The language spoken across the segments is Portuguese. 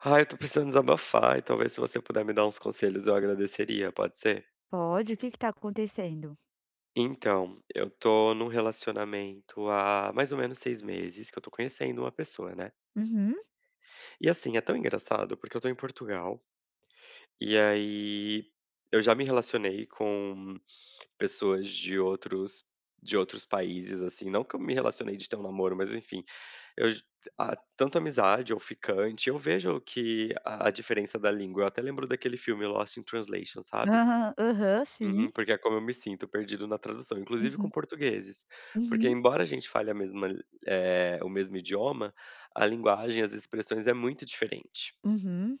Ah, eu tô precisando desabafar e talvez se você puder me dar uns conselhos eu agradeceria, pode ser? Pode, o que que tá acontecendo? Então, eu tô num relacionamento há mais ou menos 6 meses que eu tô conhecendo uma pessoa, né. Uhum. E assim, é tão engraçado porque eu tô em Portugal, e aí eu já me relacionei com pessoas de outros países, assim, não que eu me relacionei de ter um namoro, mas enfim, eu j a tanto amizade ou ficante, eu vejo que a diferença da língua, eu até lembro daquele filme Lost in Translation, sabe? Aham, aham, Uhum, sim. porque é como eu me sinto perdido na tradução, inclusive com Uhum, portugueses. Porque uhum, embora a gente fale a mesma o mesmo idioma, a linguagem, as expressões é muito diferente, uhum.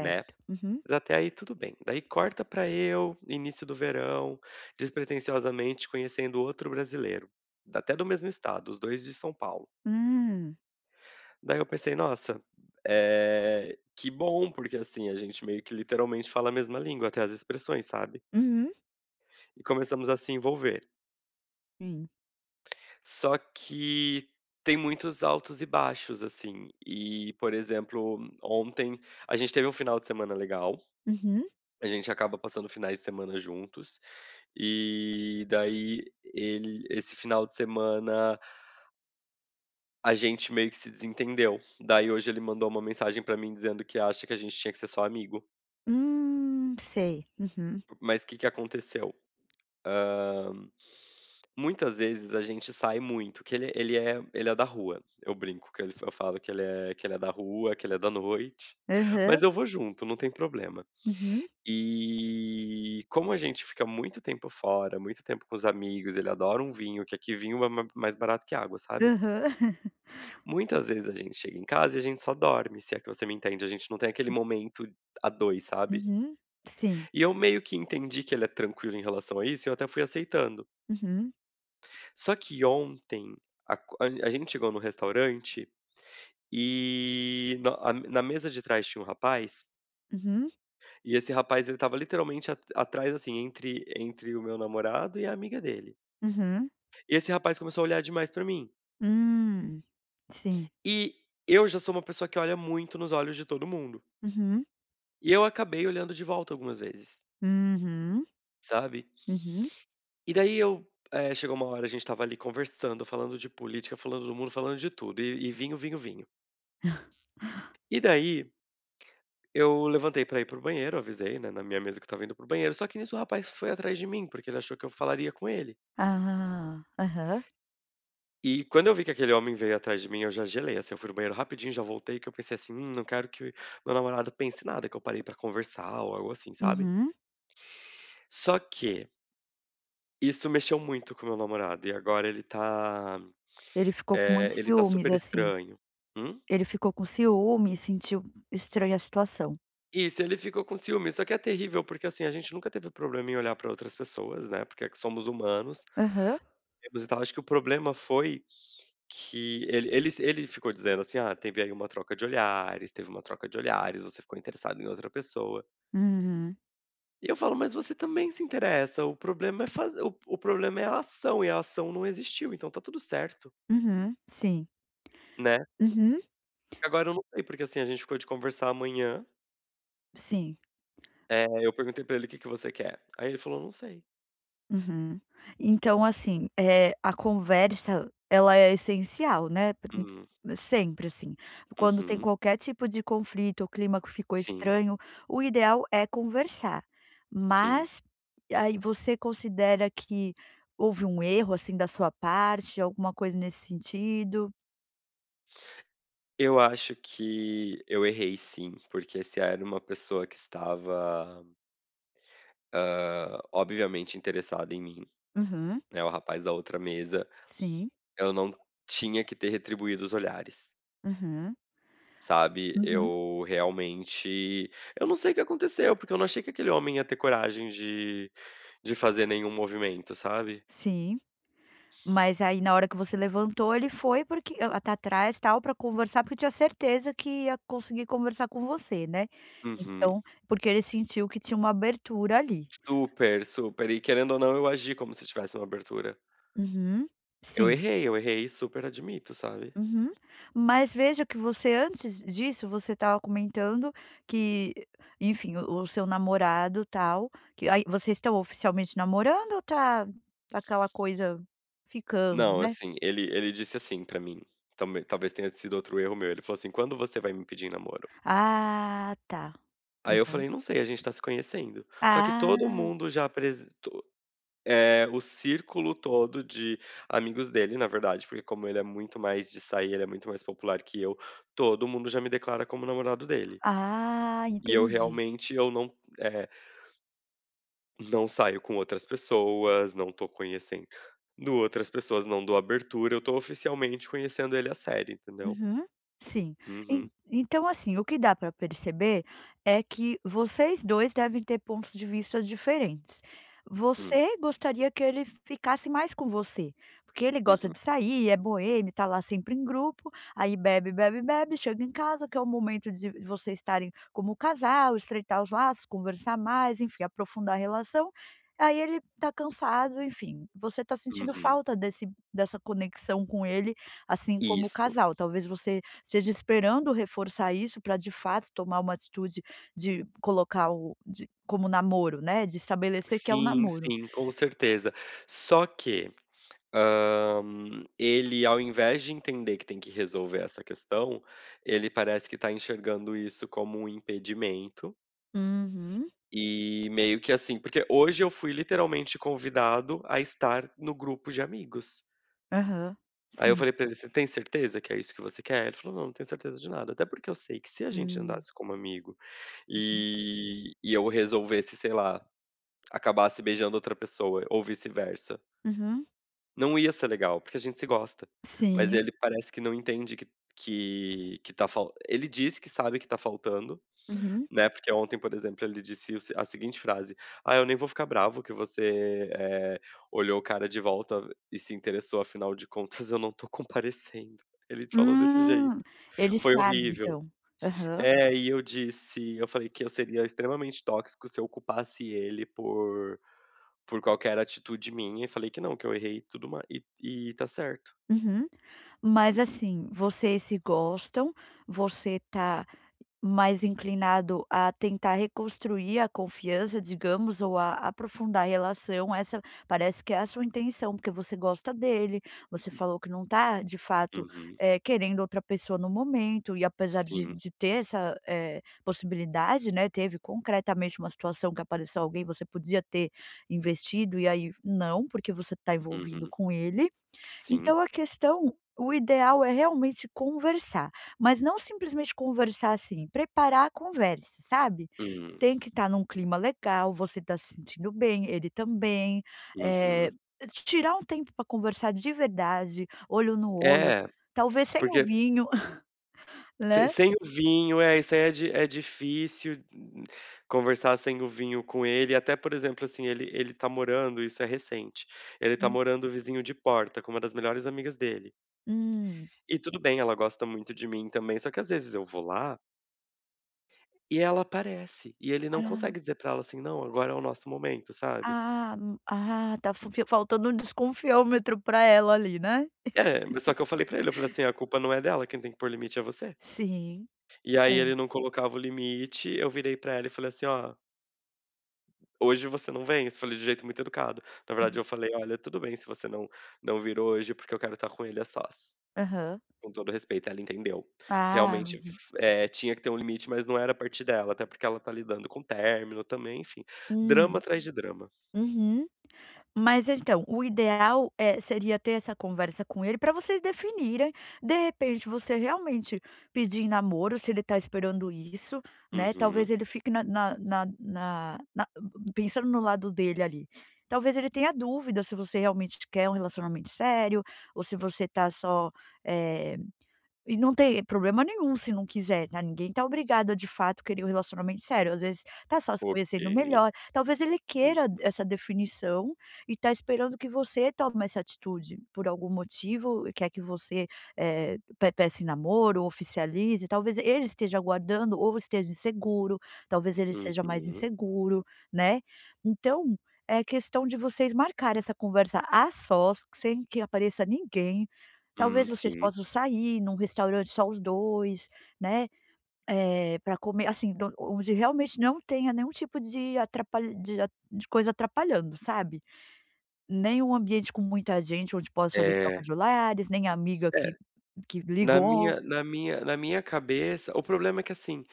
né. Uhum. Mas até aí tudo bem. Daí corta pra eu, início do verão, despretensiosamente conhecendo outro brasileiro, até do mesmo estado, os 2 de São Paulo. Hum. Daí eu pensei: "Nossa, que bom", porque, assim, a gente meio que literalmente fala a mesma língua, até as expressões, sabe. Uhum. E começamos a se envolver. Sim. Só que tem muitos altos e baixos, assim. E, por exemplo, ontem a gente teve um final de semana legal, Uhum. a gente acaba passando finais de semana juntos, e daí ele esse final de semana a gente meio que se desentendeu. Daí hoje ele mandou uma mensagem pra mim dizendo que acha que a gente tinha que ser só amigo. Sei. Uhum. Mas o que que aconteceu? Hã, Muitas vezes a gente sai muito, que ele é ele é da rua, eu brinco que ele eu falo que ele é da rua, que ele é da noite, Aham. mas eu vou junto, não tem problema. Uhum. E como a gente fica muito tempo fora, muito tempo com os amigos, ele adora um vinho, que aqui vinho é ma mais barato que água, sabe. Aham. Muitas vezes a gente chega em casa e a gente só dorme, se é que você me entende, a gente não tem aquele momento a 2 sabe. Uhum. Sim. E eu meio que entendi que ele é tranquilo em relação a isso, e eu até fui aceitando. Uhum. Só que ontem a gente chegou no restaurante e na mesa de trás tinha um rapaz, Uhum. e esse rapaz ele estava literalmente at atrás, assim, entre o meu namorado e a amiga dele. Uhum. E esse rapaz começou a olhar demais pra mim. Hum. Sim. E eu já sou uma pessoa que olha muito nos olhos de todo mundo. Uhum. E eu acabei olhando de volta algumas vezes, Uhum. sabe. Uhum. E daí chegou uma hora a gente estava ali conversando, falando de política, falando do mundo, falando de tudo, e vinho, vinho, vinho. E daí eu levantei pra ir pro banheiro, avisei, né, na minha mesa que eu estava indo pro banheiro, só que nisso o rapaz foi atrás de mim, porque ele achou que eu falaria com ele. Ah, aham. E quando eu vi que aquele homem veio atrás de mim, eu já gelei, assim, eu fui no banheiro rapidinho, já voltei, que eu pensei assim, não quero que meu namorado pense nada, que eu parei pra conversar ou algo assim, sabe. Uhum. Só que, isso mexeu muito com meu namorado, e agora ele tá, Ele ficou com muitos ele tá ciúmes, super assim. estranho. Hum? Ele ficou com ciúme e sentiu estranha a situação. Isso, ele ficou com ciúme, só que é terrível, porque assim, a gente nunca teve problema em olhar pra outras pessoas, né, porque é que somos humanos, Aham. e tal. Acho que o problema foi que ele ficou dizendo assim: "Ah, teve aí uma troca de olhares, teve uma troca de olhares, você ficou interessado em outra pessoa". Uhum. E eu falo: "Mas você também se interessa, o problema é fazer o problema é a ação, e a ação não existiu, então tá tudo certo", Uhum. Sim. né. Uhum. Agora eu não sei, porque assim, a gente ficou de conversar amanhã, Sim. Eu perguntei pra ele: "O que que você quer?". Aí ele falou: "Não sei". Uhum. Então, assim, a conversa, ela é essencial, né, pr Hum, sempre, assim. Quando tem uhum. qualquer tipo de conflito, o clima que ficou Sim, estranho, o ideal é conversar. sim. Mas, aí você considera que houve um erro, assim, da sua parte, alguma coisa nesse sentido? Eu acho que eu errei sim, porque se era uma pessoa que estava obviamente interessado em mim, Uhum. né, o rapaz da outra mesa, Sim. eu não tinha que ter retribuído os olhares, Uhum. sabe. Uhum. Eu realmente eu não sei o que aconteceu, porque eu não achei que aquele homem ia ter coragem de fazer nenhum movimento, sabe. Sim, mas aí na hora que você levantou ele foi porque até atrás tal para conversar, porque tinha certeza que ia conseguir conversar com você, né. Uhum. Então, porque ele sentiu que tinha uma abertura ali. Super, super. E querendo ou não, eu agi como se tivesse uma abertura. Uhum. Sim. Eu errei, super admito, sabe. Uhum. Mas veja que você antes disso, você estava comentando que, enfim, o seu namorado tal, que aí vocês estão oficialmente namorando ou tá aquela coisa ficando, Não, né? assim, ele disse assim pra mim, também talvez tenha sido outro erro meu, ele falou assim: "Quando você vai me pedir em namoro?" Ah, tá. Aí eu Aham. falei: "Não sei, a gente tá se conhecendo". Só que todo Ah. mundo já apresentou o círculo todo de amigos dele, na verdade, porque como ele é muito mais de sair, ele é muito mais popular que eu, todo mundo já me declara como namorado dele. Ah, E eu entendi. realmente eu eh, não saio com outras pessoas, não tô conhecendo outras pessoas, não dou abertura, eu tô oficialmente conhecendo ele a sério, entendeu. Uhum, sim. En Uhum, então, assim, o que dá para perceber é que vocês 2 devem ter pontos de vista diferentes. hum, Você gostaria que ele ficasse mais com você, porque ele gosta uhum, de sair, é boêmio, tá lá sempre em grupo, aí bebe, bebe, bebe, chega em casa, que é o momento de vocês estarem como casal, estreitar os laços, conversar mais, enfim, aprofundar a relação. Aí ele tá cansado, enfim, você tá sentindo uhum. falta desse dessa conexão com ele assim como o Isso. casal. Talvez você esteja esperando reforçar isso para de fato tomar uma atitude de colocar o de como namoro, né, de estabelecer que é o Sim, namoro. sim, com certeza. Só que Hã, ele ao invés de entender que tem que resolver essa questão, ele parece que está enxergando isso como um impedimento, Uhum. e meio que assim porque hoje eu fui literalmente convidado a estar no grupo de amigos. Aham, Aí eu sim. falei pra ele: "Você tem certeza que é isso que você quer?" Ele falou: "Não, não tenho certeza de nada, até porque eu sei que se a gente Hum. andasse como amigo, e eu resolvesse, sei lá, acabasse beijando outra pessoa ou vice-versa, Uhum. não ia ser legal, porque a gente se gosta". Mas Sim. ele parece que não entende que tá fal ele diz que sabe que tá faltando, Uhum. né, porque ontem, por exemplo, ele disse o se a seguinte frase: "Ah, eu nem vou ficar bravo que você, olhou o cara de volta e se interessou, afinal de contas eu não tô comparecendo". Ele falou desse Hum, jeito. ele Foi sabe horrível. então. Aham. É, e eu falei que eu seria extremamente tóxico se eu culpasse ele por qualquer atitude minha, e falei que não, que eu errei e tudo ma e tá certo. Uhum. Mas assim, vocês se gostam, você tá mais inclinado a tentar reconstruir a confiança, digamos, ou a aprofundar a relação, essa parece que é a sua intenção, porque você gosta dele, você falou que não está, de fato, Uhum, querendo outra pessoa no momento e apesar de sim, de ter essa, possibilidade, né, teve concretamente uma situação que apareceu alguém, você podia ter investido e aí não, porque você está envolvido uhum, com ele, então sim, a questão o ideal é realmente conversar, mas não simplesmente conversar, assim, preparar a conversa, sabe. hum, Tem que estar num clima legal, você está se sentindo bem, ele também, eh, uhum. tirar um tempo para conversar de verdade, olho no olho, É, talvez sem o porque vinho, se né. sem o vinho, é, isso aí é di é difícil conversar sem o vinho com ele, até, por exemplo, assim, ele tá morando isso é recente, ele tá Hum. morando vizinho de porta com uma das melhores amigas dele. Hum. E tudo bem, ela gosta muito de mim também, só que às vezes eu vou lá e ela aparece, e ele não Ah consegue dizer pra ela assim: "Não, agora é o nosso momento", sabe. ah, tá faltando um desconfiômetro para ela ali, né. É, mas só que eu falei pra ele, eu falei assim: "A culpa não é dela, quem tem que pôr limite é você". Sim, E aí é. ele não colocava o limite, eu virei pra ela e falei assim: "Ó, hoje você não vem?" Isso falei de jeito muito educado. Na verdade eu falei: "Olha, tudo bem se você não vir hoje, porque eu quero estar com ele a sós", Aham. com todo respeito. Ela entendeu. Ah, Realmente, tinha que ter um limite, mas não era a partir dela, até porque ela tá lidando com término também, enfim. Drama hum. atrás de drama. Uhum. Mas então, o ideal, é seria ter essa conversa com ele para vocês definirem, de repente, você realmente pedir em namoro, se ele está esperando isso, né, Uhum. talvez ele fique na pensando no lado dele ali, talvez ele tenha dúvida se você realmente quer um relacionamento sério ou se você está só, eh e não tem problema nenhum se não quiser, tá, ninguém tá obrigado a, de fato, querer um relacionamento sério, às vezes tá só se Ok. conhecendo melhor, talvez ele queira Uhum. essa definição e tá esperando que você tome essa atitude, por algum motivo quer que você, eh, pe peça em namoro, oficialize, talvez ele esteja aguardando ou esteja inseguro, talvez ele seja mais Uhum. inseguro, né. Então, é questão de vocês marcar essa conversa a sós, sem que apareça ninguém. Talvez vocês Sim. possam sair num restaurante só os 2, né, pra comer, assim, do onde realmente não tenha nenhum tipo de atrapalha de coisa atrapalhando, sabe. Nem um ambiente com muita gente onde possa haver troca É. de olhares, nem amiga É, que na ligou. minha na minha na minha cabeça o problema é que assim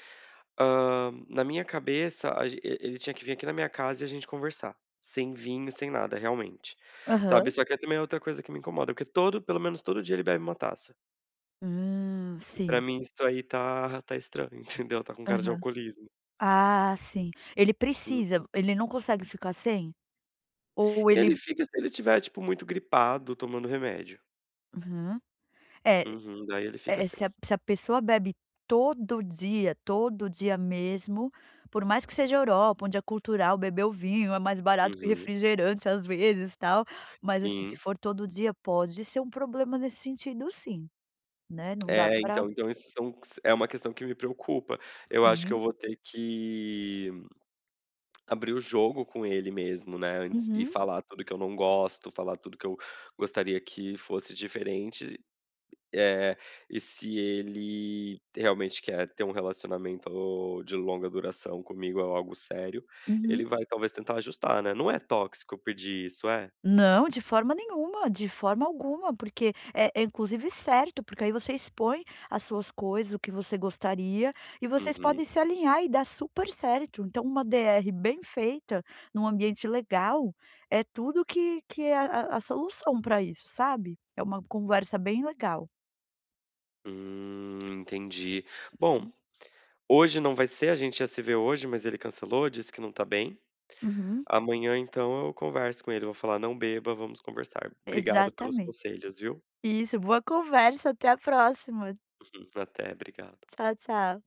Na minha cabeça, a ge e ele tinha que vir aqui na minha casa e a gente conversar, sem vinho, sem nada, realmente, sabe. Aham. Só que também é outra coisa que me incomoda, porque todo pelo menos todo dia ele bebe uma taça. E pra Sim. mim isso aí tá estranho, entendeu, tá com cara de Aham. alcoolismo. Ah, sim. Ele Hum. precisa, ele não consegue ficar sem? Ou ele. Ele fica se ele tiver tipo, muito gripado, tomando remédio. Uhum. É. Uhum, daí ele fica É, assim. se a pessoa bebe todo dia mesmo, por mais que seja Europa, onde é cultural beber o vinho, é mais barato que Uhum, refrigerante às vezes, tal, mas assim, se sim. for todo dia pode ser um problema nesse sentido sim, né, não dá É, pra então então isso são é uma questão que me preocupa. Eu acho que eu sim. vou ter que abrir o jogo com ele mesmo, né, antes e Uhum, falar tudo que eu não gosto, falar tudo que eu gostaria que fosse diferente, é e se ele realmente quer ter um relacionamento de longa duração comigo é algo sério, ele uhum. vai talvez tentar ajustar, né. Não é tóxico eu pedir isso, é? Não, de forma nenhuma, de forma alguma, porque é inclusive certo, porque aí você expõe as suas coisas, o que você gostaria, e vocês Uhum. podem se alinhar e dar super certo. Então, uma DR bem feita, num ambiente legal, é tudo que é a solução para isso, sabe. É uma conversa bem legal. Entendi. Bom, hoje não vai ser, a gente ia se ver hoje, mas ele cancelou, disse que não tá bem. Uhum, Amanhã então eu converso com ele, vou falar: "Não beba, vamos conversar. Obrigado pelos exatamente. conselhos, viu". Isso, boa conversa, até a próxima. Uhum, até, obrigado. Tchau, tchau.